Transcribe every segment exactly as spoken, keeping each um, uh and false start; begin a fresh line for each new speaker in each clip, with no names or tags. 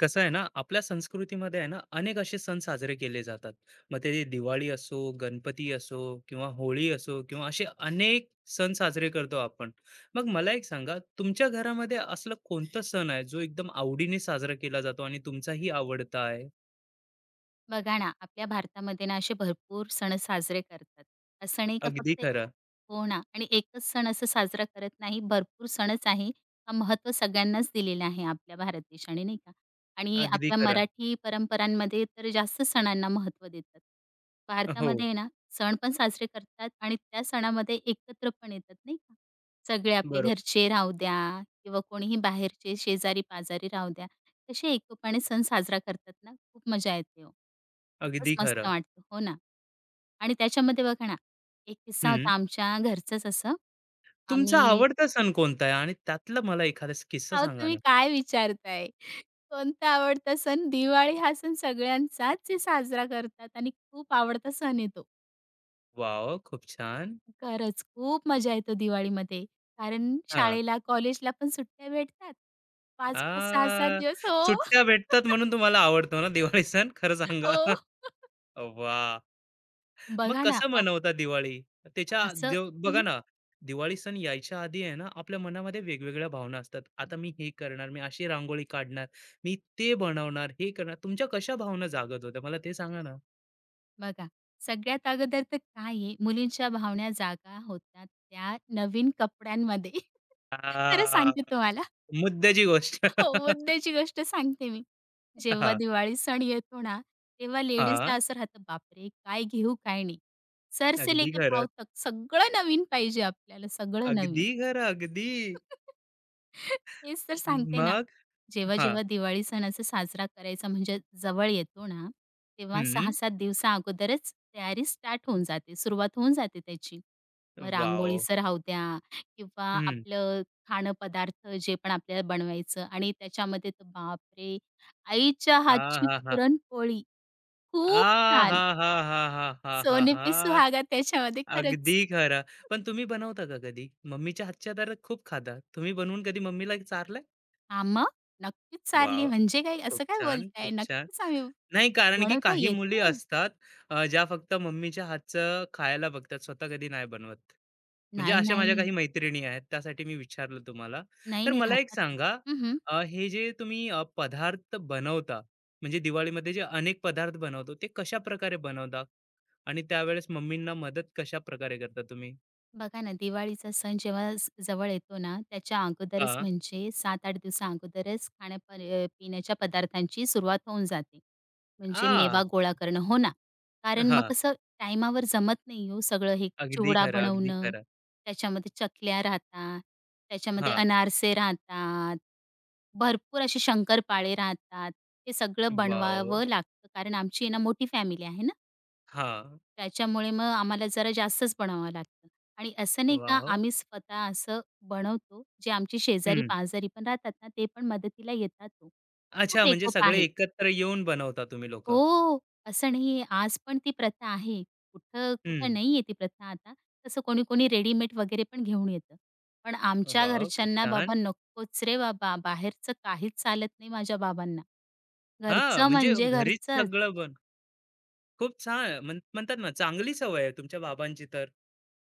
कसं आहे ना, आपल्या संस्कृतीमध्ये आहे ना, अनेक असे सण साजरे केले जातात. मग ते दिवाळी असो, गणपती असो, किंवा होळी असो, किंवा असे अनेक सण साजरे करतो आपण. मग मला एक सांगा, तुमच्या घरामध्ये असलं कोणतं सण आहे जो एकदम आवडीने साजरा केला जातो आणि तुमचाही आवडता आहे?
बघा ना, आपल्या भारतामध्ये ना असे भरपूर सण साजरे करतात. असं नाही का
अगदी
फक्त
खरं.
हो ना आणि एकच सण असं साजरा करत नाही. भरपूर सणच आहे. हा महत्त्व सगळ्यांनाच दिलेला आहे आपल्या भारत देशाने नाही का? आणि
अगदी
आपल्या
खरं.
मराठी परंपरांमध्ये तर जास्त सणांना महत्त्व देतात.
हो.
भारतामध्ये आहे ना सण पण साजरे करतात आणि त्या सणामध्ये एकत्र पण येतात नाही का? सगळे आपले
बरोबर.
घरचे राहू द्या किंवा कोणीही बाहेरचे शेजारी-पाजारी राहू द्या. तसे एकोपाने सण साजरा करतात ना, खूप मजा येते हो. खूपच
अगदी
मस्त
खरं.
वाटतं. हो ना. आणि त्याच्यामध्ये बघा ना, एक किस्सा
हम्म.
होता आमच्या घरचंच असं.
तुमचा
आम्ही
आवडता सण कोणता आहे आणि त्यातला मला एखादा किस्सा
अहो,
सांगा
तुम्ही
ना?
काय विचारताय? कोणता आवडता सण? दिवाळी हा सण सगळ्यांचाच आहे साजरा करतात आणि खूप आवडता सण आहे.
वाव, खूप छान.
खरंच खूप मजा येते दिवाळीमध्ये. कारण शाळेला, कॉलेजला पण सुट्ट्या भेटतात.
आ,
पाच पाच, सहा सहा दिवस हो.
सुट्ट्या भेटतात म्हणून तुम्हाला आवडतो ना दिवाळी सण, खरं सांगा?
हो.
वाह! मग
बघा ना,
कसं
अहो
मनवता दिवाळी? त्याच्या
असं
जो
हं,
बघा ना, दिवाळी सण यायच्या आधी आहे ना, आपल्या मनामध्ये वेगवेगळ्या भावना असतात. आता मी हे करणार, मी अशी रांगोळी काढणार, मी ते बनवणार, हे करणार. तुमच्या कशा भावना जागत होत्या, मला ते सांगा ना?
बघा सगळ्यात अगोदर तर काय आहे, मुलींच्या भावना जागा होतात त्या नवीन कपड्यांमध्ये. खरं
आ,
सांगते तुम्हाला.
मुद्द्याची गोष्ट.
हो, मुद्द्याची गोष्ट सांगते मी. जेव्हा
हां,
दिवाळी सण येतो ना, तेव्हा लेडीजला
हां.
असं राहतं, "बापरे! काय घेऊ, काय नाही?" सरसे
अगदी
लेके
खरं.
पाव तक" सगळं नवीन पाहिजे आपल्याला, सगळं
अगदी
नवीन.
खरं, अगदी.
तेच तर सांगते ना.
मग?
जेव्हा,
हां.
जेव्हा दिवाळी सण असा साजरा करायचा म्हणजे जवळ येतो ना, तेव्हा
हं.
सहा सात दिवसा अगोदरच तयारी स्टार्ट होऊन जाते, सुरुवात होऊन जाते त्याची. मग
वॉव!
रांगोळीचं राहू द्या किंवा
हं.
आपलं खाणं पदार्थ जे पण आपल्याला बनवायचं आणि त्याच्यामध्ये तर बापरे! आईच्या हातची
आहाहा!
पुरणपोळी खूप छान. सोने पे
आहाहाहाहाहाहा!
सुहागा त्याच्यामध्ये
अगदी
खरंच.
खरं. पण तुम्ही बनवता का कधी? मम्मीच्या हातच्या तर खूप खाता. तुम्ही बनवून कधी मम्मीला चारलंय?
हां, मग नक्कीच सारली
वॉव!
म्हणजे काय
खूप
असं काय
छान,
बोलताय?
खूप छान.
नक्कीच आम्ही
नाही, कारण की
बनवता
काही मुली
येते?
असतात अ, ज्या फक्त मम्मीच्या हातचं खायला बघतात, स्वतः कधी नाही बनवत. म्हणजे
नाही,
अशा माझ्या
नाही.
काही मैत्रिणी आहेत, त्यासाठी मी विचारलं तुम्हाला.
नाही,
तर
नाही
मला एक
राहतात ना.
सांगा,
हं, हं.
अ, हे जे तुम्ही अ, पदार्थ बनवता, म्हणजे दिवाळीमध्ये जे अनेक पदार्थ बनवतो, ते कशाप्रकारे बनवता? आणि त्यावेळेस मम्मींना मदत कशा प्रकारे करता तुम्ही?
बघा ना, दिवाळीचा सण जेव्हा ज जवळ येतो ना, त्याच्या अगोदरच
हां.
म्हणजे सात आठ दिवसा अगोदरच खाण्या प अ, पिण्याच्या पदार्थांची सुरुवात होऊन जाते. म्हणजे
आ,
मेवा गोळा करणं. हो ना. कारण मग
हां.
कसं टाईमावर जमत नाही हो सगळं हे.
अगदी
चिवडा
खरं, अगदी
बनवणं,
खरं.
त्याच्यामध्ये चकल्या राहतात, त्याच्यामध्ये
हा,
अनारसे राहतात, भरपूर असे शंकरपाळे राहतात. हे सगळं
वॉव!
बनवावं लागतं कारण आमची आहे ना मोठी फॅमिली आहे ना.
हा,
त्याच्यामुळे मग आम्हाला जरा जास्तच बनवावं लागतं आणि असं नाही का
वॉव!
आम्ही स्वतः असं बनवतो, जे आमची
हं.
शेजारी-पाजारी पण राहतात ना, ते पण मदतीला येतात तो, खूप
अच्छा, म्हणजे
एकोप
सगळे
आहे.
एकत्र येऊन बनवता तुम्ही लोकं.
हो, असं नाहीये. आज पण ती प्रथा आहे. कुठं कुठं
हं.
नाहीये ती प्रथा आता. तसं कोणी-कोणी रेडीमेड वगैरे पण घेऊन येतं. पण आमच्या
वॉव! खूप
घरच्यांना बाबा
छान.
नकोच रे बाबा, बाहेरचं काहीच चालत नाही माझ्या बाबांना.
हां,
घरचं
म्हणजे
म्हणजे
घरीच
घरचंच.
सगळं बन खूप छान. म्हण म्हणतात ना, चांगली सवय आहे तुमच्या बाबांची तर.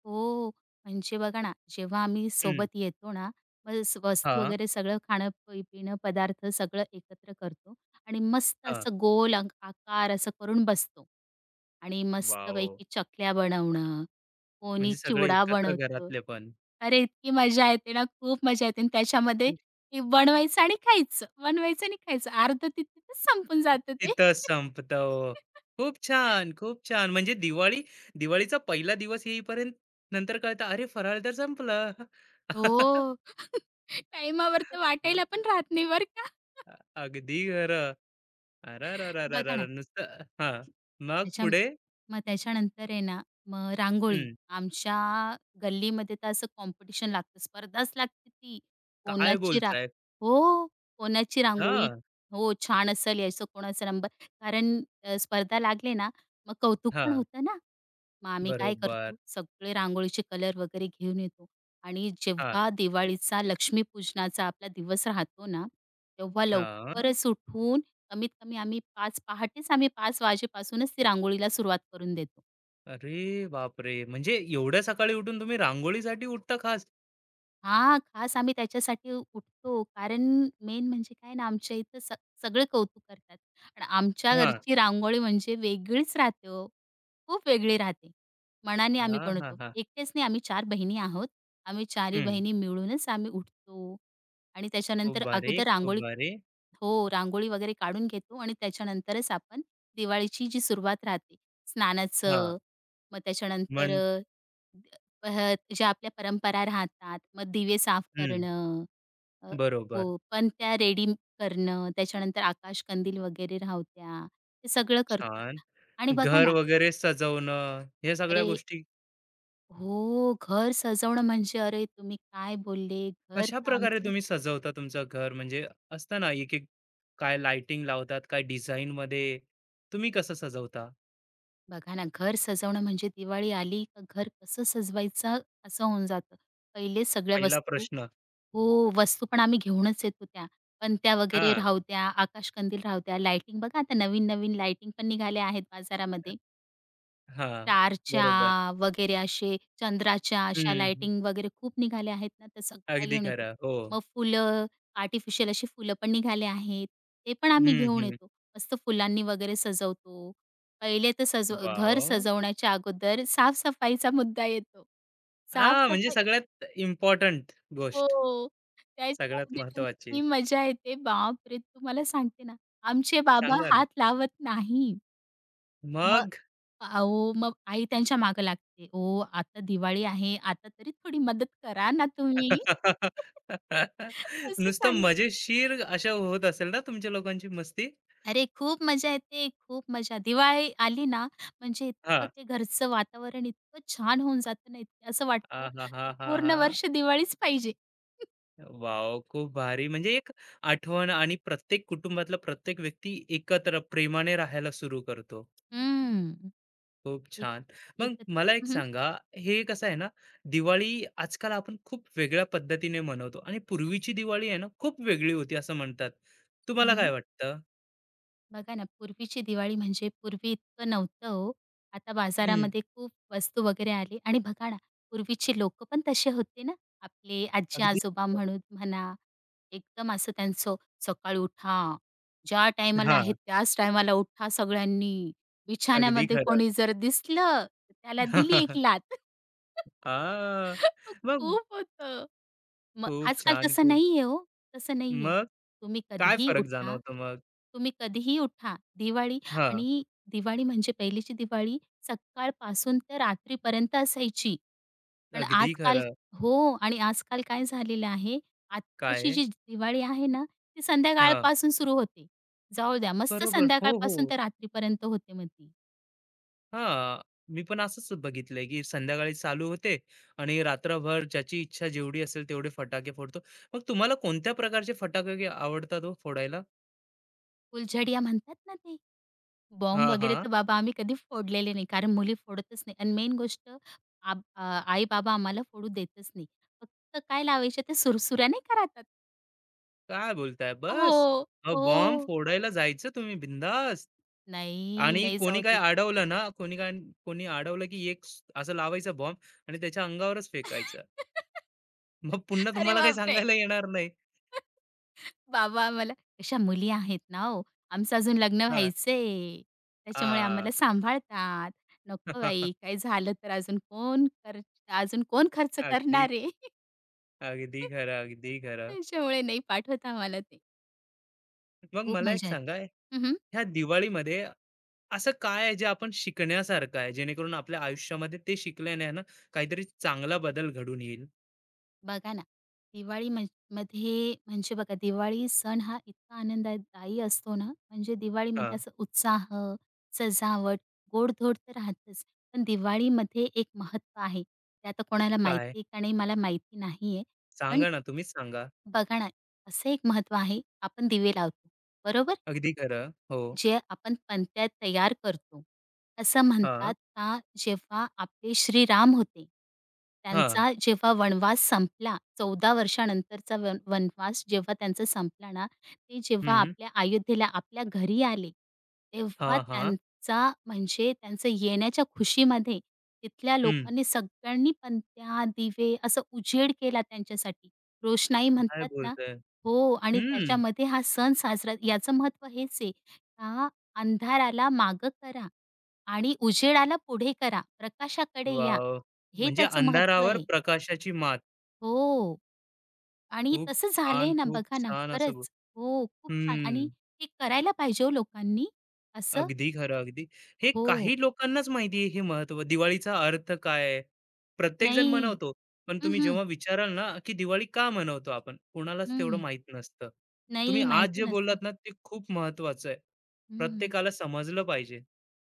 हो, म्हणजे बघा ना, जेव्हा आम्ही
हं.
सोबत येतो ना, मग स वस्तू
हां,
वगैरे सगळं खाणं, पि पिणं, पदार्थ सगळं एकत्र करतो आणि मस्त
हां.
असं गोल अंक आकार असं करून बसतो आणि
वॉव!
मस्तपैकी चकल्या बनवणं, कोणी
म्हणजे सगळे
चिवडा
एकत्र
बनवतं.
घरातले पण.
अरे, इतकी मजा येते ना, खूप मजा येते आणि त्याच्यामध्ये ते बनवायचं आणि खायचं, बनवायचं आणि खायचं. अर्धं तिथेच संपून जातं ते.
तिथं संपतं. हो. खूप छान, खूप छान. म्हणजे दिवाळी दिवाळीचा पहिला दिवस येईपर्यंत नंतर कळतं, "अरे, फराळ तर संपलं."
हो. टाईमावर तर
हो.
वाटायला पण राहत नाही बरं का.
अ, अगदी खरं.
बघा
अरेरेरेरेरे!
ना,
नुसतं हां. मग
त्याच्या
पुढे.
मग त्याच्यानंतर आहे ना, मग रांगोळी.
हं.
आमच्या गल्लीमध्ये तर असं कॉम्पिटिशन लागतं, स्पर्धाच लागते ती.
काय
कोणाची रा
बोलताय?
हो, कोणाची रांगोळी
हां,
हो, छान असेल, यायचं कोणाचा नंबर कारण अ, स्पर्धा लागली ना, मग कौतुक पण
हां.
होतं ना. मग आम्ही काय
बरोबर.
करतो, सगळे रांगोळीचे कलर वगैरे घेऊन येतो आणि
हां,
जेव्हा दिवाळीचा, लक्ष्मीपूजनाचा आपला दिवस राहतो ना, तेव्हा
हां.
लवकरच उठून कमीत कमी आम्ही पाच पहाटेच आम्ही पाच वाजेपासूनच ती रांगोळीला सुरुवात करून देतो.
अरे बापरे! म्हणजे एवढ्या सकाळी उठून तुम्ही रांगोळीसाठी उठता खास?
हां, खास आम्ही त्याच्यासाठी उठतो. कारण मेन म्हणजे काय ना, आमच्या इथं स सगळे कौतुक करतात. आणि आमच्या
हां.
घरची रांगोळी म्हणजे वेगळीच राहते हो. खूप वेगळी राहते. मनाने आम्ही
हां, हां,
बनवतो.
हां.
एकटेच नाही आम्ही चार बहिणी आहोत. आम्ही चारही
हं.
बहिणी मिळूनच आम्ही उठतो आणि
खूप
त्याच्यानंतर
भारी,
अगोदर
खूप
रांगोळी
भारी.
हो, रांगोळी वगैरे काढून घेतो आणि त्याच्यानंतरच आपण दिवाळीची जी सुरुवात राहते,
हां.
स्नानाचं, मग त्याच्यानंतर
मग
अ, अ, ज्या आपल्या परंपरा राहतात, मग दिवे साफ करणं, अ,
बरोबर.
हो, पण त्या रेडी करणं, त्याच्यानंतर आकाशकंदील वगैरे राहत्या, ते सगळं करतो.
छान.
आणि बघा
घर
ना,
वगैरे सजवणं, ह्या सगळ्या
अरे
गोष्टी
हो, घर सजवणं म्हणजे अरे तुम्ही काय बोलले, घर
कशा
तर
प्रकारे
आमचं
तुम्ही सजवता तुमचं घर? म्हणजे असतं ना, एक-एक काय लाइटिंग लावतात, काय डिझाइनमध्ये तुम्ही कसं सजवता?
बघा ना, घर सजवणं म्हणजे दिवाळी आली का घर कसं सजवायचं असं होऊन जातं. पहिले सगळ्या
पहिला
वस्तू
प्रश्न.
हो, वस्तू पण आम्ही घेऊनच येत होत्या. पणत्या वगैरे
हां.
राहू द्या, आकाशकंदील राहू द्या, लाइटिंग बघा आता नवीन-नवीन लाइटिंग पण निघाल्या आहेत
अ,
बाजारामध्ये. स्टारच्या
बरोबर.
वगैरे असे चंद्राच्या अशा
हं, हं.
लाइटिंग वगैरे खूप निघाल्या आहेत ना, तर सगळं
अगदी
घेऊन येतो.
खरं. हो.
मग फुलं, आर्टिफिशियल अशी फुलं पण निघाले आहेत. ते पण आम्ही
हं,
घेऊन
हं.
येतो. मस्त फुलांनी वगैरे सजवतो. पहिले तर सजव घर
वॉव!
सजवण्याच्या अगोदर साफ मुद्दा येतो. साफ
हां, म्हणजे सगळ्यात इम्पोर्टंट गोष्ट,
हो.
सगळ्यात
त्याच्यामध्ये तर
महत्त्वाची.
इतकी मजा येते. बापरे! तुम्हाला सांगते ना, आमचे बाबा
सांगा ना.
हात लावत नाही. मग
मग
अहो, मग आई त्यांच्या मागे लागते. "ओ, आता दिवाळी आहे, आता तरी थोडी मदत करा ना तुम्ही." असं
नुसतं
सांगतात.
मजेशीर अशा होत असेल ना तुमच्या लोकांची मस्ती?
अरे, खूप मजा येते, खूप मजा. दिवाळी आली ना, म्हणजे इतकं
हां.
ते घरचं वातावरण इतकं छान होऊन जातं ना, इतकं असं वाटतं, की पूर्ण
आहाहाहा!
वर्ष दिवाळीच पाहिजे.
वॉव! खूप भारी. म्हणजे एक आठवण आणि प्रत्येक कुटुंबातला प्रत्येक व्यक्ती एकत्र प्रेमाने राहायला सुरू करतो.
हं.
खूप
एक
छान. मग
एकत
मला एक
हं, हं.
सांगा, हे कसं आहे ना, दिवाळी आजकाल आपण खूप वेगळ्या पद्धतीने मनवतो आणि पूर्वीची दिवाळी आहे ना, खूप वेगळी होती असं म्हणतात. तुम्हाला काय वाटतं?
बघा ना, पूर्वीची दिवाळी म्हणजे पूर्वी इतकं नव्हतं हो. आता
हं.
बाजारामध्ये खूप वस्तू वगैरे आली आणि बघा ना, पूर्वीची लोकं पण तसे होते ना. आपले
अगदी.
आजी-आजोबा म्हणू म्हणा, एकदम असं त्यांचं सकाळी उठा, ज्या टायमाला आहे
हां.
त्याच टायमाला उठा सगळ्यांनी.
अगदी
बिछाण्यामध्ये
खरं.
कोणी जर दिसलं, तर त्याला दिली एक लाथ.
हां. मग
खूप होतं. मग
खूप
आजकाल
छान,
तसं
खूप.
नाहीये हो, तसं नाहीये.
मग
तुम्ही
काय
कधीही
फरक
उठा,
जाणवतो मग?
तुम्ही कधीही उठा. दिवाळी
हां,
आणि दिवाळी म्हणजे पहिलीची दिवाळी सकाळपासून तर रात्रीपर्यंत असायची. पण
अगदी
आजकाल
खरं.
हो आणि आजकाल काय झालेलं आहे,
काय
आत्ताची
आहे?
जी दिवाळी आहे ना, ती
हां,
संध्याकाळपासून सुरू होते. जाऊ द्या मस्त
बरोबर. हो,
संध्याकाळपासून
हो.
तर रात्रीपर्यंत होते मग ती.
हां, मी पण असंच बघितलंय, की संध्याकाळी चालू होते आणि रात्रभर ज्याची इच्छा जेवढी असेल तेवढे फटाके फोडतो. मग तुम्हाला कोणत्या प्रकारचे फटाके आवडतात हो फोडायला?
फुलझडिया म्हणतात ना ते.
हां,
बॉम्ब वगैरे
हां.
तर बाबा आम्ही कधी फोडलेले नाही, कारण मुली फोडतच नाही आणि मेन गोष्ट आब अ, आई-बाबा आम्हाला फोडू देतच नाही. फक्त काय लावायच्या त्या सुरसुऱ्या नाही का राहतात?
काय बोलताय?
हो,
बस? बॉम्ब
हो.
फोडायला जायचं तुम्ही बिंदास.
नाही,
आणि
नाही
कोणी
जाऊ
काय
देत.
अडवलं ना, कोणी काय कोणी अडवलं, की एक स असं लावायचा बॉम्ब आणि त्याच्या अंगावरच फेकायचा. मग पुन्हा
अरे
तुम्हाला काही
बापरे!
सांगायला येणार नाही.
बाबा आम्हाला "अशा मुली आहेत ना हो, आमचं अजून लग्न
हां,
व्हायचंय, त्याच्यामुळे
हां.
आम्हाला सांभाळतात. नको बाई, काही झालं तर अजून कोण कर अजून कोण खर्च
अगदी,
करणार आहे?"
अगदी खरं, अगदी खरं.
त्याच्यामुळे नाही पाठवत आम्हाला ते.
मग
खूप
मला एक
मजा
सांगा,
येते. हं,
ह्या दिवाळीमध्ये असं काय आहे जे आपण शिकण्यासारखं आहे, जेणेकरून आपल्या आयुष्यामध्ये ते शिकल्याने आहे ना, काहीतरी चांगला बदल घडून येईल?
बघा ना, दिवाळी म्हण मध्ये म्हणजे बघा दिवाळी सण हा इतका आनंददायी असतो ना, म्हणजे दिवाळीमध्ये
हां,
असं उत्साह, सजावट, गोडधोड तर राहतच. पण दिवाळीमध्ये एक महत्त्व आहे. ते आता कोणाला
काय?
माहिती आहे का नाही मला माहिती नाहीये. पण
सांगा ना, तुम्हीच सांगा.
बघा ना, असं एक महत्त्व आहे, आपण दिवे लावतो, बरोबर?
अगदी खरं. हो.
जे आपण पणत्या तयार करतो. असं
हां,
म्हणतात का जेव्हा आपले श्रीराम होते,
हां.
त्यांचा जेव्हा वनवास संपला चौदा वर्षानंतरचा वन वनवास जेव्हा त्यांचा संपला ना, ते जेव्हा
हं.
आपल्या अयोध्येला आपल्या घरी आले,
हां,
तेव्हा
हां.
त्यांचा म्हणजे त्यांचं येण्याच्या खुशीमध्ये तिथल्या
हं.
लोकांनी सगळ्यांनी पणत्या, दिवे असा उजेड केला त्यांच्यासाठी. रोषणाई
काय
म्हणतात ना
बोलताय?
हो आणि
हम्म.
त्याच्यामध्ये हा सण साजरा याचं महत्त्व हेच आहे. आता अंधाराला मागं करा आणि उजेडाला पुढे करा, प्रकाशाकडे या.
वॉव!
हे
म्हणजे
त्याचं महत्त्व
अंधारावर
आहे.
प्रकाशाची मात.
हो आणि
खूप
तसं झालंय
छान,
ना,
खूप
बघा ना,
छान असं बो
खरंच. हो, खूप छान आणि
हम्म.
हे करायला पाहिजे हो लोकांनी असं.
अगदी खरं, अगदी. हे
हो.
काही लोकांनाच माहिती आहे, हे महत्त्व. दिवाळीचा अर्थ काय आहे? प्रत्येकजण
नाही.
मनवतो. पण
हं,
तुम्ही
हं.
जेव्हा विचाराल ना, की दिवाळी का मनवतो आपण? कोणालाच तेवढं
हं.
माहीत नसतं. तुम्ही
नाही
आज
माहिती
जे
नसतं.
बोललात ना, ते खूप महत्त्वाचं आहे.
हं.
प्रत्येकाला समजलं पाहिजे.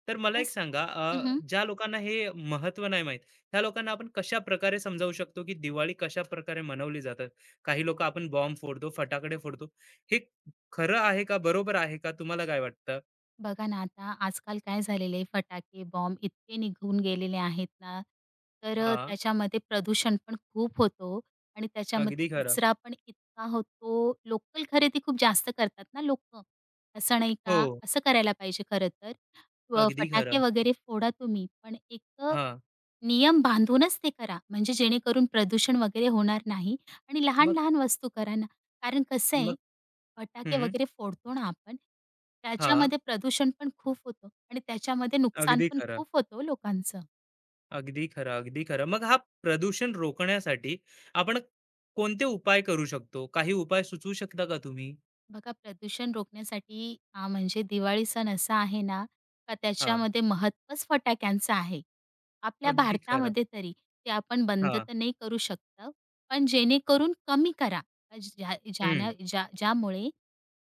तर मला एक
तेच.
सांगा, अ,
हं,
ज्या लोकांना हे महत्त्व नाही माहीत, त्या लोकांना आपण कशाप्रकारे समजावू शकतो, की दिवाळी कशाप्रकारे मनवली जातात? काही लोकं आपण बॉम्ब फोडतो, फटाकडे फोडतो. हे खरं आहे का? बरोबर आहे का? तुम्हाला काय वाटतं?
बघा ना आता आजकाल काय झालेलं आहे फटाके, बॉम्ब इतके निघून गेलेले आहेत ना, तर अ,
हां.
त्याच्यामध्ये प्रदूषण पण खूप होतो, हो आणि त्याच्यामध्ये
अगदी खरं.
कचरा पण इतका होतो. लोकल खरेदी खूप जास्त करतात ना लोकं. असं नाही
हो,
का? असं करायला पाहिजे खरं तर. व
अगदी
फटाके
खरं.
वगैरे फोडा तुम्ही, पण एक अ,
हां.
नियम बांधूनच ते करा. म्हणजे जेणेकरून प्रदूषण वगैरे होणार नाही आणि
मग
लहान-लहान वस्तू करा ना. कारण कसं
मग
आहे फटाके
हं.
वगैरे फोडतो ना आपण,
हां.
त्याच्यामध्ये प्रदूषण पण खूप होतं आणि त्याच्यामध्ये नुकसान
अगदी
पण
खरं,
खूप होतं हो लोकांचं.
अगदी खरं, अगदी खरं. मग हा प्रदूषण रोखण्यासाठी आपण कोणते उपाय करू शकतो? काही उपाय सुचवू शकता का तुम्ही?
बघा प्रदूषण रोखण्यासाठी आ म्हणजे दिवाळी सण असा आहे ना का
हां,
त्याच्यामध्ये महत्त्वच फटाक्यांचं आहे. आपल्या
अगदी खरं.
भारतामध्ये तरी ते आपण बंद
हां.
तर नाही करू शकत, पण जेणेकरून कमी करा. ज्या
हं.
ज्याना ज्या ज्यामुळे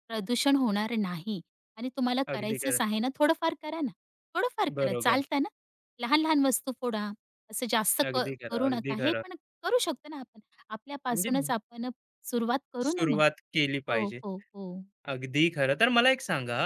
प्रदूषण होणार नाही आणि तुम्हाला
अगदी खरं.
करायचंच आहे ना, थोडंफार करा ना. थोडंफार करा,
बरोबर.
चालतं ना. लहान-लहान वस्तू फोडा. असं जास्त क
अगदी खरं,
करू
अगदी
नका. हे
खरं.
पण करू शकतो ना आपण.
म्हणजे
आपल्यापासूनच आपण सुरुवात करू ना मग.
सुरुवात केली
हो,
पाहिजे.
हो, हो.
अगदी खरं. तर मला एक सांगा,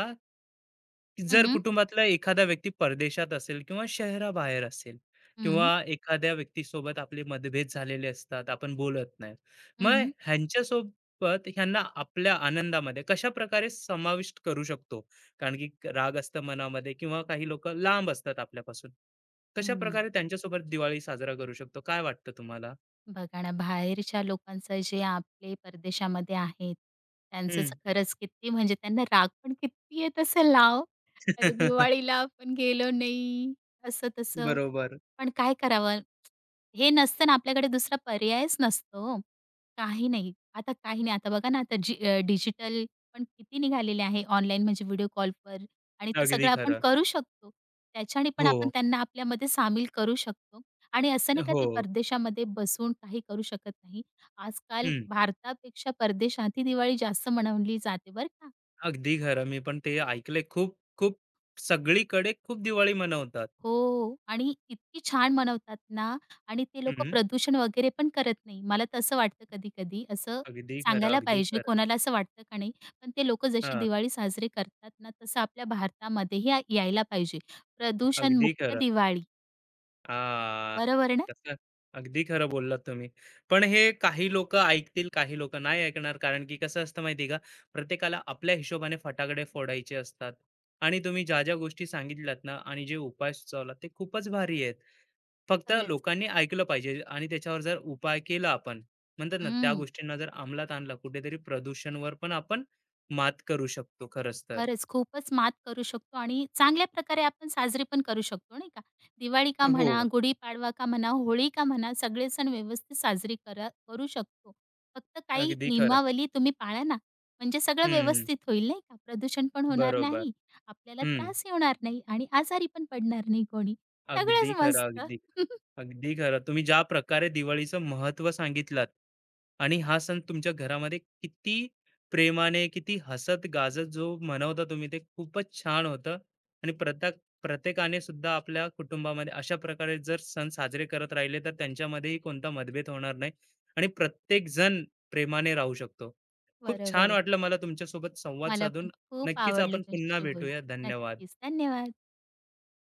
हं,
जर
हं.
कुटुंबातला एखादा व्यक्ती परदेशात असेल किंवा शहराबाहेर असेल, किंवा
हं,
एखाद्या व्यक्तीसोबत आपले मतभेद झालेले असतात, आपण बोलत नाही,
हं,
मग
हं.
ह्यांच्यासोबत, ह्यांना आपल्या आनंदामध्ये कशा प्रकारे समाविष्ट करू शकतो? कारण की राग असतं मनामध्ये किंवा काही लोक लांब असतात आपल्यापासून. कशा
हं.
प्रकारे त्यांच्यासोबत दिवाळी साजरा करू शकतो, काय वाटतं तुम्हाला?
बघा ना, बाहेरच्या लोकांचं जे आपले परदेशामध्ये आहेत, त्यांचंच
हम्म.
खरंच किती म्हणजे त्यांना राग पण किती येत असेल ना हो. अरे, दिवाळीला आपण गेलो नाही, असं तसं.
बरोबर.
पण काय करावं? हे नसतं ना आपल्याकडे दुसरा पर्यायच नसतो हो. काही नाही. आता काही नाही. आता बघा ना आता जी अ, डिजिटल पण किती निघालेले आहे ऑनलाईन म्हणजे व्हिडिओ कॉलवर आणि ते
अगदी
सगळं आपण
खरं.
करू शकतो. त्याच्याने पण
हो.
आपण त्यांना आपल्यामध्ये सामील करू शकतो आणि असं नाही का
हो.
ते परदेशामध्ये बसून काही करू शकत नाही. आजकाल
हम्म.
भारतापेक्षा परदेशात ही दिवाळी जास्त मनवली जाते बरं का.
अगदी खरं. मी पण ते ऐकलंय. खूप, खूप सगळीकडे खूप दिवाळी मनवतात.
हो आणि इतकी छान मनवतात ना आणि ते लोक
हं.
प्रदूषण वगैरे पण करत नाही. मला तर असं वाटतं कधी-कधी असं
अगदी खरं,
सांगायला
अगदी
पाहिजे
खरं.
कोणाला असं वाटतं का नाही? पण ते लोक जशी
हां,
दिवाळी साजरी करतात ना, तसं आपल्या भारतामध्येही या- यायला पाहिजे.
अगदी
प्रदूषणमुक्त
खरं.
दिवाळी.
हां,
बरोबर ना?
तसं अगदी खरं बोललात तुम्ही. पण हे काही लोकं ऐकतील, काही लोकं नाही ऐकणार. कारण की कसं असतं माहिती आहे का, प्रत्येकाला आपल्या हिशोबाने फटाकडे फोडायचे असतात. आणि तुम्ही ज्या, ज्या गोष्टी सांगितल्यात ना आणि जे उपाय सुचवलात ते खूपच भारी आहेत. फक्त
खरंच.
लोकांनी ऐकलं पाहिजे आणि त्याच्यावर जर उपाय केला आपण, म्हणतात ना, त्या
हं.
गोष्टींना जर अंमलात आणला, कुठेतरी प्रदूषणवर पण आपण मात करू शकतो खरंच तर.
खरंच खूपच मात करू शकतो आणि चांगल्या प्रकारे आपण साजरी पण करू शकतो नाही का? दिवाळी का
हो,
म्हणा, गुढीपाडवा का म्हणा, होळी का म्हणा, सगळे सण व्यवस्थित साजरी करा करू शकतो. फक्त काही
अगदी खरं.
नियमावली तुम्ही पाळा ना, म्हणजे सगळं
हं,
व्यवस्थित होईल नाही का? प्रदूषण पण होणार
बरोबर.
नाही, आपल्याला
हं.
त्रासही होणार नाही आणि आजारी पण पडणार नाही कोणी. सगळंच
अगदी खरं,
मस्त.
अगदी. अगदी खरं. तुम्ही ज्या प्रकारे दिवाळीचं महत्त्व सांगितलात आणि हा सण तुमच्या घरामध्ये किती प्रेमाने, किती हसत-गाजत जो मनवता तुम्ही, ते खूपच छान होतं. आणि प्रत्येक प्रत्येकाने सुद्धा आपल्या कुटुंबामध्ये अशा प्रकारे जर सण साजरे करत राहिले, तर त्यांच्यामध्येही कोणता मतभेद होणार नाही आणि प्रत्येकजण प्रेमाने राहू शकतो. खूप
बरोबर
छान
आहे.
वाटलं मला तुमच्यासोबत संवाद
मला पण
साधून.
खूप
नक्कीच
आवडलं
आपण पुन्हा
तुमच्याशी बोलून.
भेटूया. धन्यवाद.
नक्कीच. धन्यवाद.